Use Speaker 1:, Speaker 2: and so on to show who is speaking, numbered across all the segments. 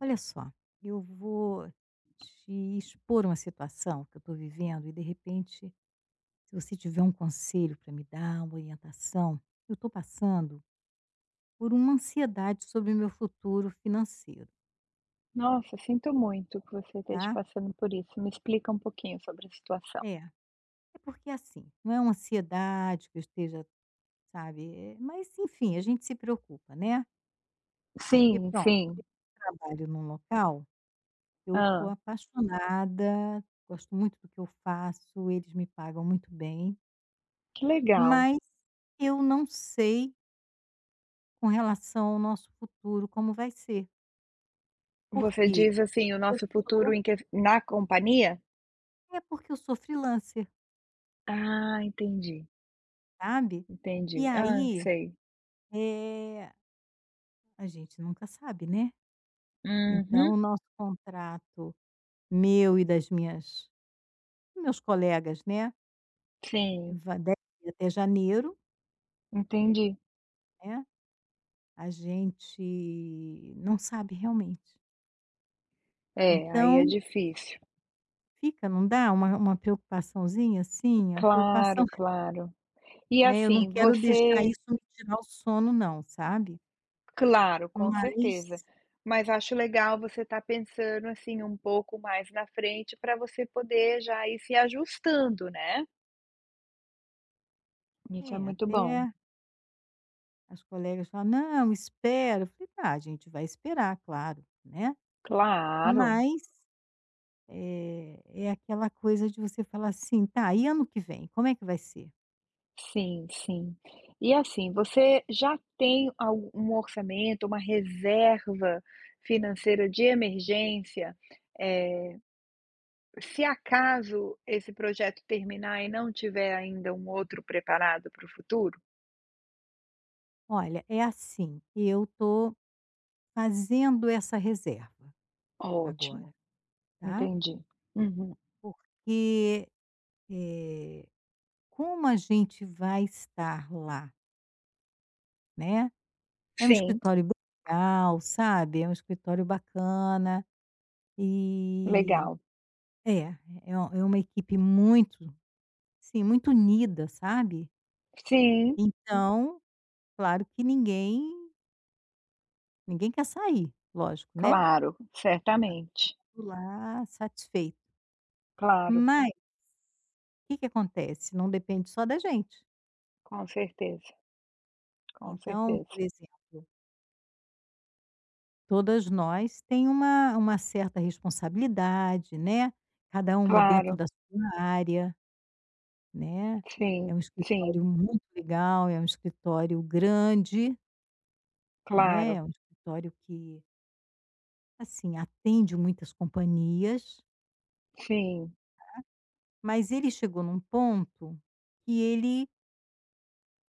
Speaker 1: Olha só, eu vou te expor uma situação que eu estou vivendo e, de repente, se você tiver um conselho para me dar, uma orientação, eu estou passando por uma ansiedade sobre o meu futuro financeiro,
Speaker 2: Nossa, sinto muito que você esteja
Speaker 1: tá?
Speaker 2: passando por isso. Me explica um pouquinho sobre a situação.
Speaker 1: É, é porque assim, não é uma ansiedade que eu esteja, sabe? Mas, enfim, a gente se preocupa, né? Porque,
Speaker 2: Sim,
Speaker 1: pronto,
Speaker 2: sim.
Speaker 1: eu trabalho num local, eu estou
Speaker 2: Ah,
Speaker 1: apaixonada, gosto muito do que eu faço, eles me pagam muito bem.
Speaker 2: que legal.
Speaker 1: Mas eu não sei com relação ao nosso futuro como vai ser,
Speaker 2: Você
Speaker 1: porque
Speaker 2: diz, assim, o
Speaker 1: eu
Speaker 2: nosso futuro
Speaker 1: sou
Speaker 2: em que na companhia?
Speaker 1: é porque eu sou freelancer,
Speaker 2: Ah, entendi,
Speaker 1: sabe. E
Speaker 2: entendi. Ah,
Speaker 1: aí,
Speaker 2: sei.
Speaker 1: eh, a gente nunca sabe, né. Então
Speaker 2: Uhum.
Speaker 1: o nosso contrato, meu e das minhas meus colegas, né,
Speaker 2: Sim,
Speaker 1: va deve ir até janeiro,
Speaker 2: entendi.
Speaker 1: né, a gente não sabe realmente.
Speaker 2: É, aí é
Speaker 1: Então
Speaker 2: difícil.
Speaker 1: fica, não dá uma preocupaçãozinha, assim, a preocupação.
Speaker 2: Claro, claro. E,
Speaker 1: Né, eu não
Speaker 2: assim,
Speaker 1: quero deixar
Speaker 2: você.
Speaker 1: isso me tirar o sono não, sabe.
Speaker 2: Claro, com certeza.
Speaker 1: Mas
Speaker 2: Mas acho legal você estar pensando, assim, um pouco mais na frente para você poder já ir se ajustando, né. Isso é
Speaker 1: é,
Speaker 2: muito bom.
Speaker 1: até as colegas falam: "Não, espera", eu falei: "Tá, a gente vai esperar, claro", né.
Speaker 2: Claro.
Speaker 1: Mas, é aquela coisa de você falar assim: "Tá, e ano que vem, como é que vai ser?".
Speaker 2: Sim, sim. E, assim, você já tem algu um orçamento, uma reserva financeira de emergência? Eh, Se acaso esse projeto terminar e não tiver ainda um outro preparado para o futuro?
Speaker 1: "Olha, é assim, eu tô fazendo essa reserva
Speaker 2: Ótimo,
Speaker 1: agora, tá,
Speaker 2: entendi. Uhum.
Speaker 1: porque, eh, como a gente vai estar lá, né". É um
Speaker 2: Sim.
Speaker 1: escritório bem legal, sabe, é um escritório bacana e
Speaker 2: Legal.
Speaker 1: é, uma equipe muito, sim muito unida, sabe.
Speaker 2: Sim,
Speaker 1: Então, claro que ninguém quer sair, lógico, né,
Speaker 2: claro,
Speaker 1: tá
Speaker 2: certamente.
Speaker 1: tudo lá satisfeito.
Speaker 2: Claro,
Speaker 1: Mas o que que acontece, não depende só da gente.
Speaker 2: com certeza, com
Speaker 1: Então,
Speaker 2: certeza.
Speaker 1: por exemplo, todas nós tem uma certa responsabilidade, né, cada uma dentro
Speaker 2: Claro,
Speaker 1: da sua área. Né, é
Speaker 2: sim,
Speaker 1: um
Speaker 2: sim,
Speaker 1: escritório muito legal, é um escritório grande, né,
Speaker 2: claro,
Speaker 1: é um escritório que, assim, atende muitas companhias,
Speaker 2: sim,
Speaker 1: mas ele chegou num ponto que ele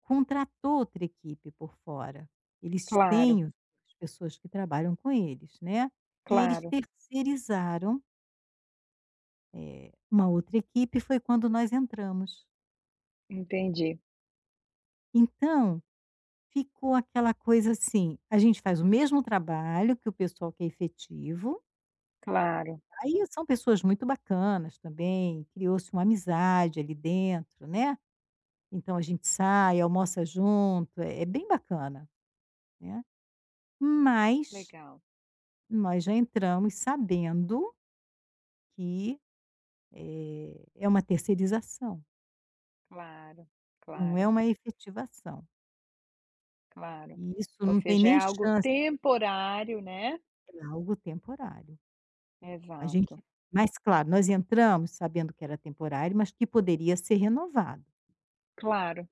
Speaker 1: contratou outra equipe por fora. Eles
Speaker 2: claro,
Speaker 1: têm os as pessoas que trabalham com eles, né, e eles
Speaker 2: claro,
Speaker 1: terceirizaram, uma outra equipe, foi quando nós entramos.
Speaker 2: entendi,
Speaker 1: Então ficou aquela coisa assim, a gente faz o mesmo trabalho que o pessoal que é efetivo,
Speaker 2: claro,
Speaker 1: aí são pessoas muito bacanas também, criou-se uma amizade ali dentro, né, então a gente sai, almoça junto, é é bem bacana, né. Mas
Speaker 2: legal,
Speaker 1: nós já entramos sabendo que, é uma terceirização,
Speaker 2: claro,
Speaker 1: não é
Speaker 2: claro,
Speaker 1: uma efetivação,
Speaker 2: claro.
Speaker 1: e isso
Speaker 2: Ou
Speaker 1: não tem
Speaker 2: seja, é
Speaker 1: nem
Speaker 2: algo
Speaker 1: chance,
Speaker 2: temporário, né.
Speaker 1: é algo temporário. A gente
Speaker 2: Exato,
Speaker 1: mas claro, nós entramos sabendo que era temporário, mas que poderia ser renovado,
Speaker 2: claro.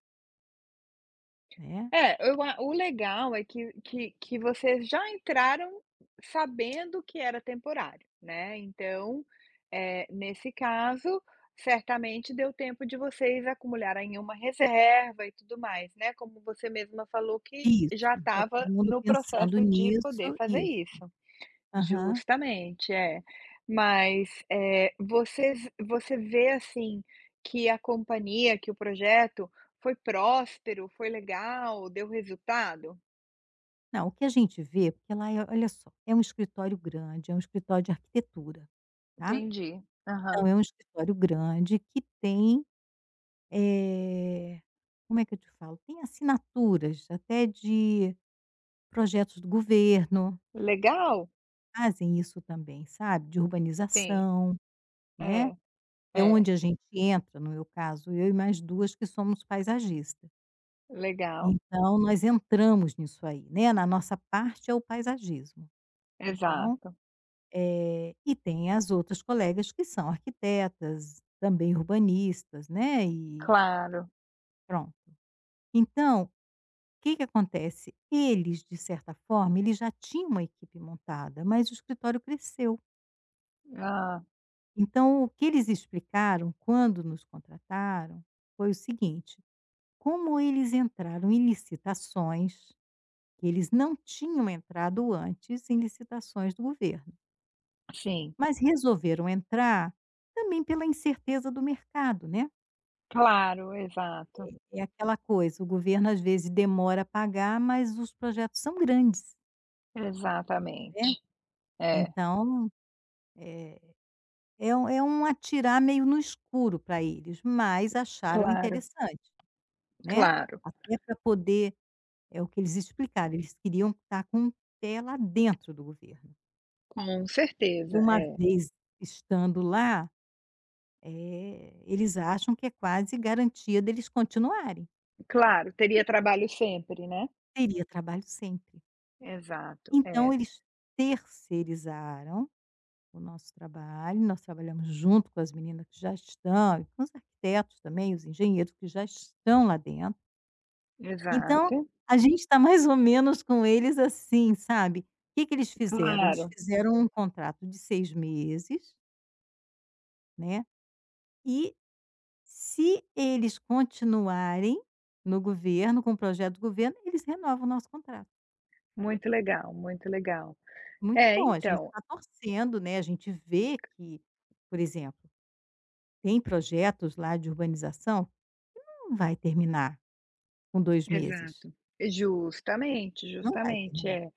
Speaker 1: né.
Speaker 2: É, eu a o legal é que vocês já entraram sabendo que era temporário, né, então, nesse caso, certamente deu tempo de vocês acumularem uma reserva e tudo mais, né, como você mesma falou que já
Speaker 1: Isso, tá todo
Speaker 2: estava
Speaker 1: mundo
Speaker 2: no
Speaker 1: pensando
Speaker 2: processo de poder
Speaker 1: nisso,
Speaker 2: fazer
Speaker 1: isso.
Speaker 2: isso.
Speaker 1: Aham.
Speaker 2: Justamente, é. Mas, você vê, assim, que a companhia, que o projeto foi próspero, foi legal, deu resultado?
Speaker 1: Não, o que a gente vê porque lá é olha só, é um escritório grande, é um escritório de arquitetura, tá.
Speaker 2: Entendi. Aham.
Speaker 1: Então é um escritório grande que tem, eh, como é que eu te falo? Tem assinaturas até de projetos do governo,
Speaker 2: Legal?
Speaker 1: fazem isso também, sabe, de
Speaker 2: Sim,
Speaker 1: urbanização, né.
Speaker 2: é,
Speaker 1: É
Speaker 2: é,
Speaker 1: onde a gente entra, no meu caso, eu e mais 2 que somos paisagistas.
Speaker 2: legal,
Speaker 1: Então nós entramos nisso aí, né, na nossa parte é o paisagismo. Então,
Speaker 2: exato.
Speaker 1: e tem as outras colegas que são arquitetas, também urbanistas, né, e
Speaker 2: Claro.
Speaker 1: pronto. Então, o que que acontece? Eles, de certa forma, eles já tinham uma equipe montada, mas o escritório cresceu.
Speaker 2: Hã.
Speaker 1: Então o que eles explicaram quando nos contrataram foi o seguinte: como eles entraram em licitações, que eles não tinham entrado antes em licitações do governo,
Speaker 2: Sim,
Speaker 1: mas resolveram entrar também pela incerteza do mercado, né.
Speaker 2: claro, exato,
Speaker 1: É aquela coisa, o governo às vezes demora a pagar, mas os projetos são grandes, né.
Speaker 2: exatamente. É,
Speaker 1: Então, eh, é um atirar meio no escuro para eles, mas acharam
Speaker 2: claro,
Speaker 1: interessante, né,
Speaker 2: claro,
Speaker 1: até para poder é o que eles explicaram, eles queriam estar com o pé lá dentro do governo.
Speaker 2: com
Speaker 1: E
Speaker 2: certeza,
Speaker 1: uma
Speaker 2: é.
Speaker 1: vez estando lá, eles acham que é quase garantia deles continuarem.
Speaker 2: Claro, teria trabalho sempre, né?
Speaker 1: Teria trabalho sempre.
Speaker 2: Exato,
Speaker 1: Então
Speaker 2: é,
Speaker 1: eles terceirizaram o nosso trabalho, nós trabalhamos junto com as meninas que já estão e com os arquitetos também, os engenheiros que já estão lá dentro. Então,
Speaker 2: exato,
Speaker 1: a gente está mais ou menos com eles assim, sabe. Que eles fizeram? Eles
Speaker 2: claro,
Speaker 1: fizeram um contrato de 6 meses, né, e se eles continuarem no governo, com o projeto do governo, eles renovam o nosso contrato.
Speaker 2: muito legal, muito legal.
Speaker 1: Muito
Speaker 2: É,
Speaker 1: bom, a gente
Speaker 2: então,
Speaker 1: está torcendo, né, a gente vê que, por exemplo, tem projetos lá de urbanização, não vai terminar com 2 meses,
Speaker 2: exato, justamente,
Speaker 1: não vai
Speaker 2: justamente,
Speaker 1: terminar.
Speaker 2: é.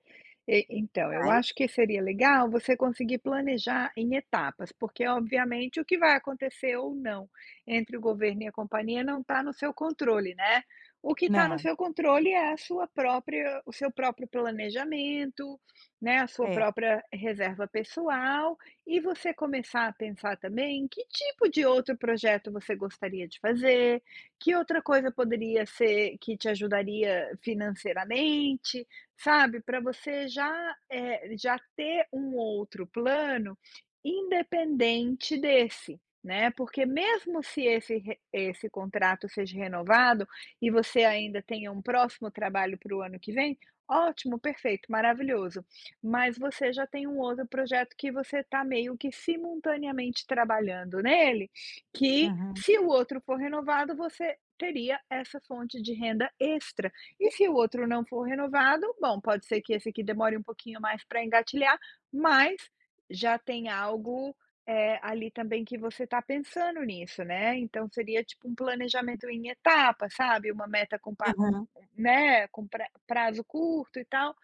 Speaker 2: E então, eu
Speaker 1: Mas
Speaker 2: acho que seria legal você conseguir planejar em etapas, porque obviamente o que vai acontecer ou não entre o governo e a companhia não está no seu controle, né. O que está no
Speaker 1: não.
Speaker 2: seu controle é a sua própria o seu próprio planejamento, né, a sua
Speaker 1: É.
Speaker 2: própria reserva pessoal e você começar a pensar também em que tipo de outro projeto você gostaria de fazer, que outra coisa poderia ser que te ajudaria financeiramente. Sabe, para você já, já ter um outro plano independente desse, né, porque mesmo se esse contrato seja renovado e você ainda tenha um próximo trabalho para o ano que vem, ótimo, perfeito, maravilhoso, mas você já tem um outro projeto que você está meio que simultaneamente trabalhando nele, que
Speaker 1: Aham.
Speaker 2: se o outro for renovado, você teria essa fonte de renda extra. E se o outro não for renovado, bom, pode ser que esse aqui demore um pouquinho mais para engatilhar, mas já tem algo, ali também que você está pensando nisso, né. Então seria tipo um planejamento em etapa, sabe, uma meta com pa um
Speaker 1: Aham.
Speaker 2: um, né, com prazo curto e tal,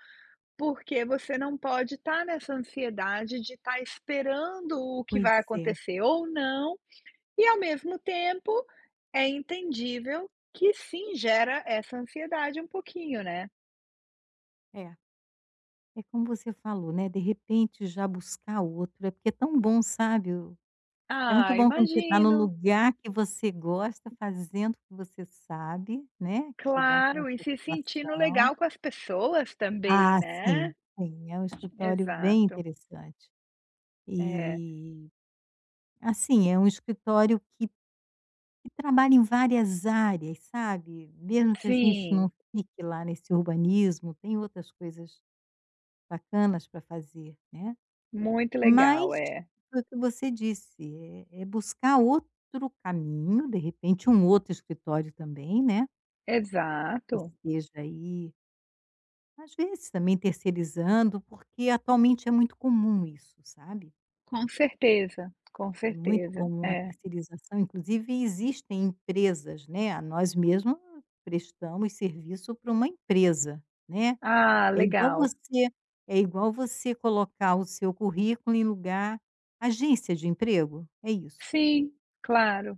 Speaker 2: porque você não pode estar nessa ansiedade de estar esperando o que
Speaker 1: Pois
Speaker 2: vai
Speaker 1: é.
Speaker 2: acontecer ou não, e ao mesmo tempo, é entendível que sim gera essa ansiedade um pouquinho, né.
Speaker 1: É. É como você falou, né, de repente já buscar outro, é porque é tão bom, sabe, é muito
Speaker 2: Ah,
Speaker 1: bom quando você está no
Speaker 2: imagino,
Speaker 1: lugar que você gosta, fazendo o que você sabe, né, que te dá aquela
Speaker 2: claro, e se sentindo
Speaker 1: satisfação.
Speaker 2: legal com as pessoas também,
Speaker 1: Ah,
Speaker 2: né.
Speaker 1: sim, sim, é um escritório bem
Speaker 2: Exato,
Speaker 1: interessante.
Speaker 2: é.
Speaker 1: E, assim, é um escritório que trabalha em várias áreas, sabe, mesmo que a gente não
Speaker 2: Sim,
Speaker 1: fique lá nesse urbanismo, tem outras coisas bacanas para fazer, né.
Speaker 2: muito legal,
Speaker 1: Mas
Speaker 2: é.
Speaker 1: foi o que você disse, é buscar outro caminho, de repente um outro escritório também, né, que
Speaker 2: Exato,
Speaker 1: esteja aí, às vezes também terceirizando, porque atualmente é muito comum isso, sabe.
Speaker 2: com
Speaker 1: É muito
Speaker 2: certeza,
Speaker 1: comum a
Speaker 2: é.
Speaker 1: terceirização, inclusive existem empresas, né, a nós mesmos prestamos serviço para uma empresa, né.
Speaker 2: Ah,
Speaker 1: É igual
Speaker 2: legal.
Speaker 1: você É igual você colocar o seu currículo em lugar agência de emprego, é isso.
Speaker 2: Sim, claro,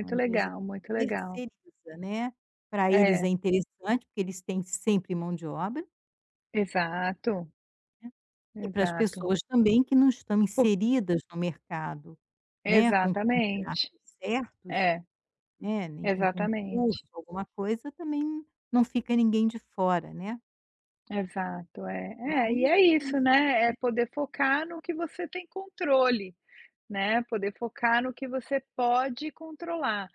Speaker 1: É uma empresa
Speaker 2: legal, muito
Speaker 1: que
Speaker 2: legal.
Speaker 1: terceiriza, né. Para eles é
Speaker 2: É,
Speaker 1: interessante, porque eles têm sempre mão de obra.
Speaker 2: exato,
Speaker 1: É. E para as
Speaker 2: exato.
Speaker 1: pessoas também que não estão inseridas no mercado, né, com contratos
Speaker 2: Exatamente.
Speaker 1: certos,
Speaker 2: É,
Speaker 1: né, nem com concurso,
Speaker 2: exatamente.
Speaker 1: alguma coisa, também não fica ninguém de fora, né.
Speaker 2: Exato, é.
Speaker 1: Mas
Speaker 2: É, e é
Speaker 1: é isso,
Speaker 2: isso, né, é
Speaker 1: é.
Speaker 2: poder focar no que você tem controle, né, poder focar no que você pode controlar,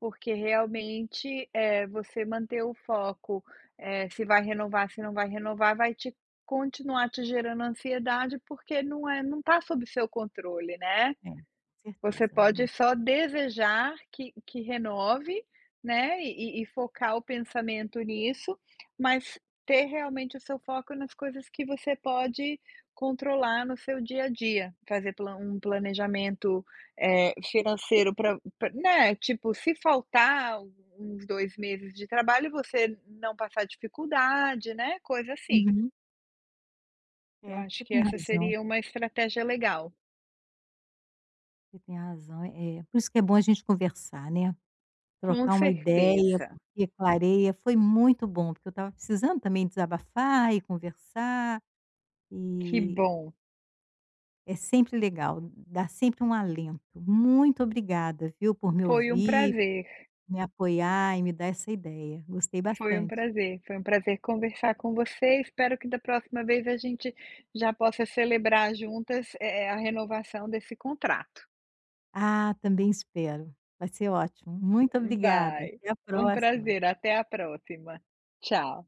Speaker 2: porque realmente, é você manter o foco, se vai renovar, se não vai renovar, vai te continuar te gerando ansiedade, porque não está sob seu controle, né.
Speaker 1: É, com
Speaker 2: Você
Speaker 1: certeza.
Speaker 2: pode
Speaker 1: Não.
Speaker 2: só desejar que renove, né, e focar o pensamento nisso, mas ter realmente o seu foco nas coisas que você pode controlar no seu dia a dia. Fazer plan um planejamento, financeiro para, né, tipo, se faltar uns 2 meses de trabalho, você não passar dificuldade, né, coisa assim.
Speaker 1: Uhum.
Speaker 2: Eu
Speaker 1: É,
Speaker 2: acho
Speaker 1: você
Speaker 2: que
Speaker 1: tem
Speaker 2: essa
Speaker 1: razão,
Speaker 2: seria uma estratégia legal.
Speaker 1: você tem razão. Por isso que é bom a gente conversar, né.
Speaker 2: Com
Speaker 1: Trocar uma ideia,
Speaker 2: certeza,
Speaker 1: porque clareia. Foi muito bom, porque eu estava precisando também desabafar e conversar,
Speaker 2: que
Speaker 1: e
Speaker 2: bom.
Speaker 1: é sempre legal, dá sempre um alento. Muito obrigada, viu, por me
Speaker 2: Foi um
Speaker 1: ouvir,
Speaker 2: prazer,
Speaker 1: me apoiar e me dar essa ideia. Gostei bastante.
Speaker 2: foi um prazer conversar com você. Espero que da próxima vez a gente já possa celebrar juntas, a renovação desse contrato.
Speaker 1: Ah, também espero. Vai ser ótimo. Muito obrigada.
Speaker 2: Vai,
Speaker 1: Até a
Speaker 2: um
Speaker 1: próxima.
Speaker 2: prazer, até a próxima. Tchau.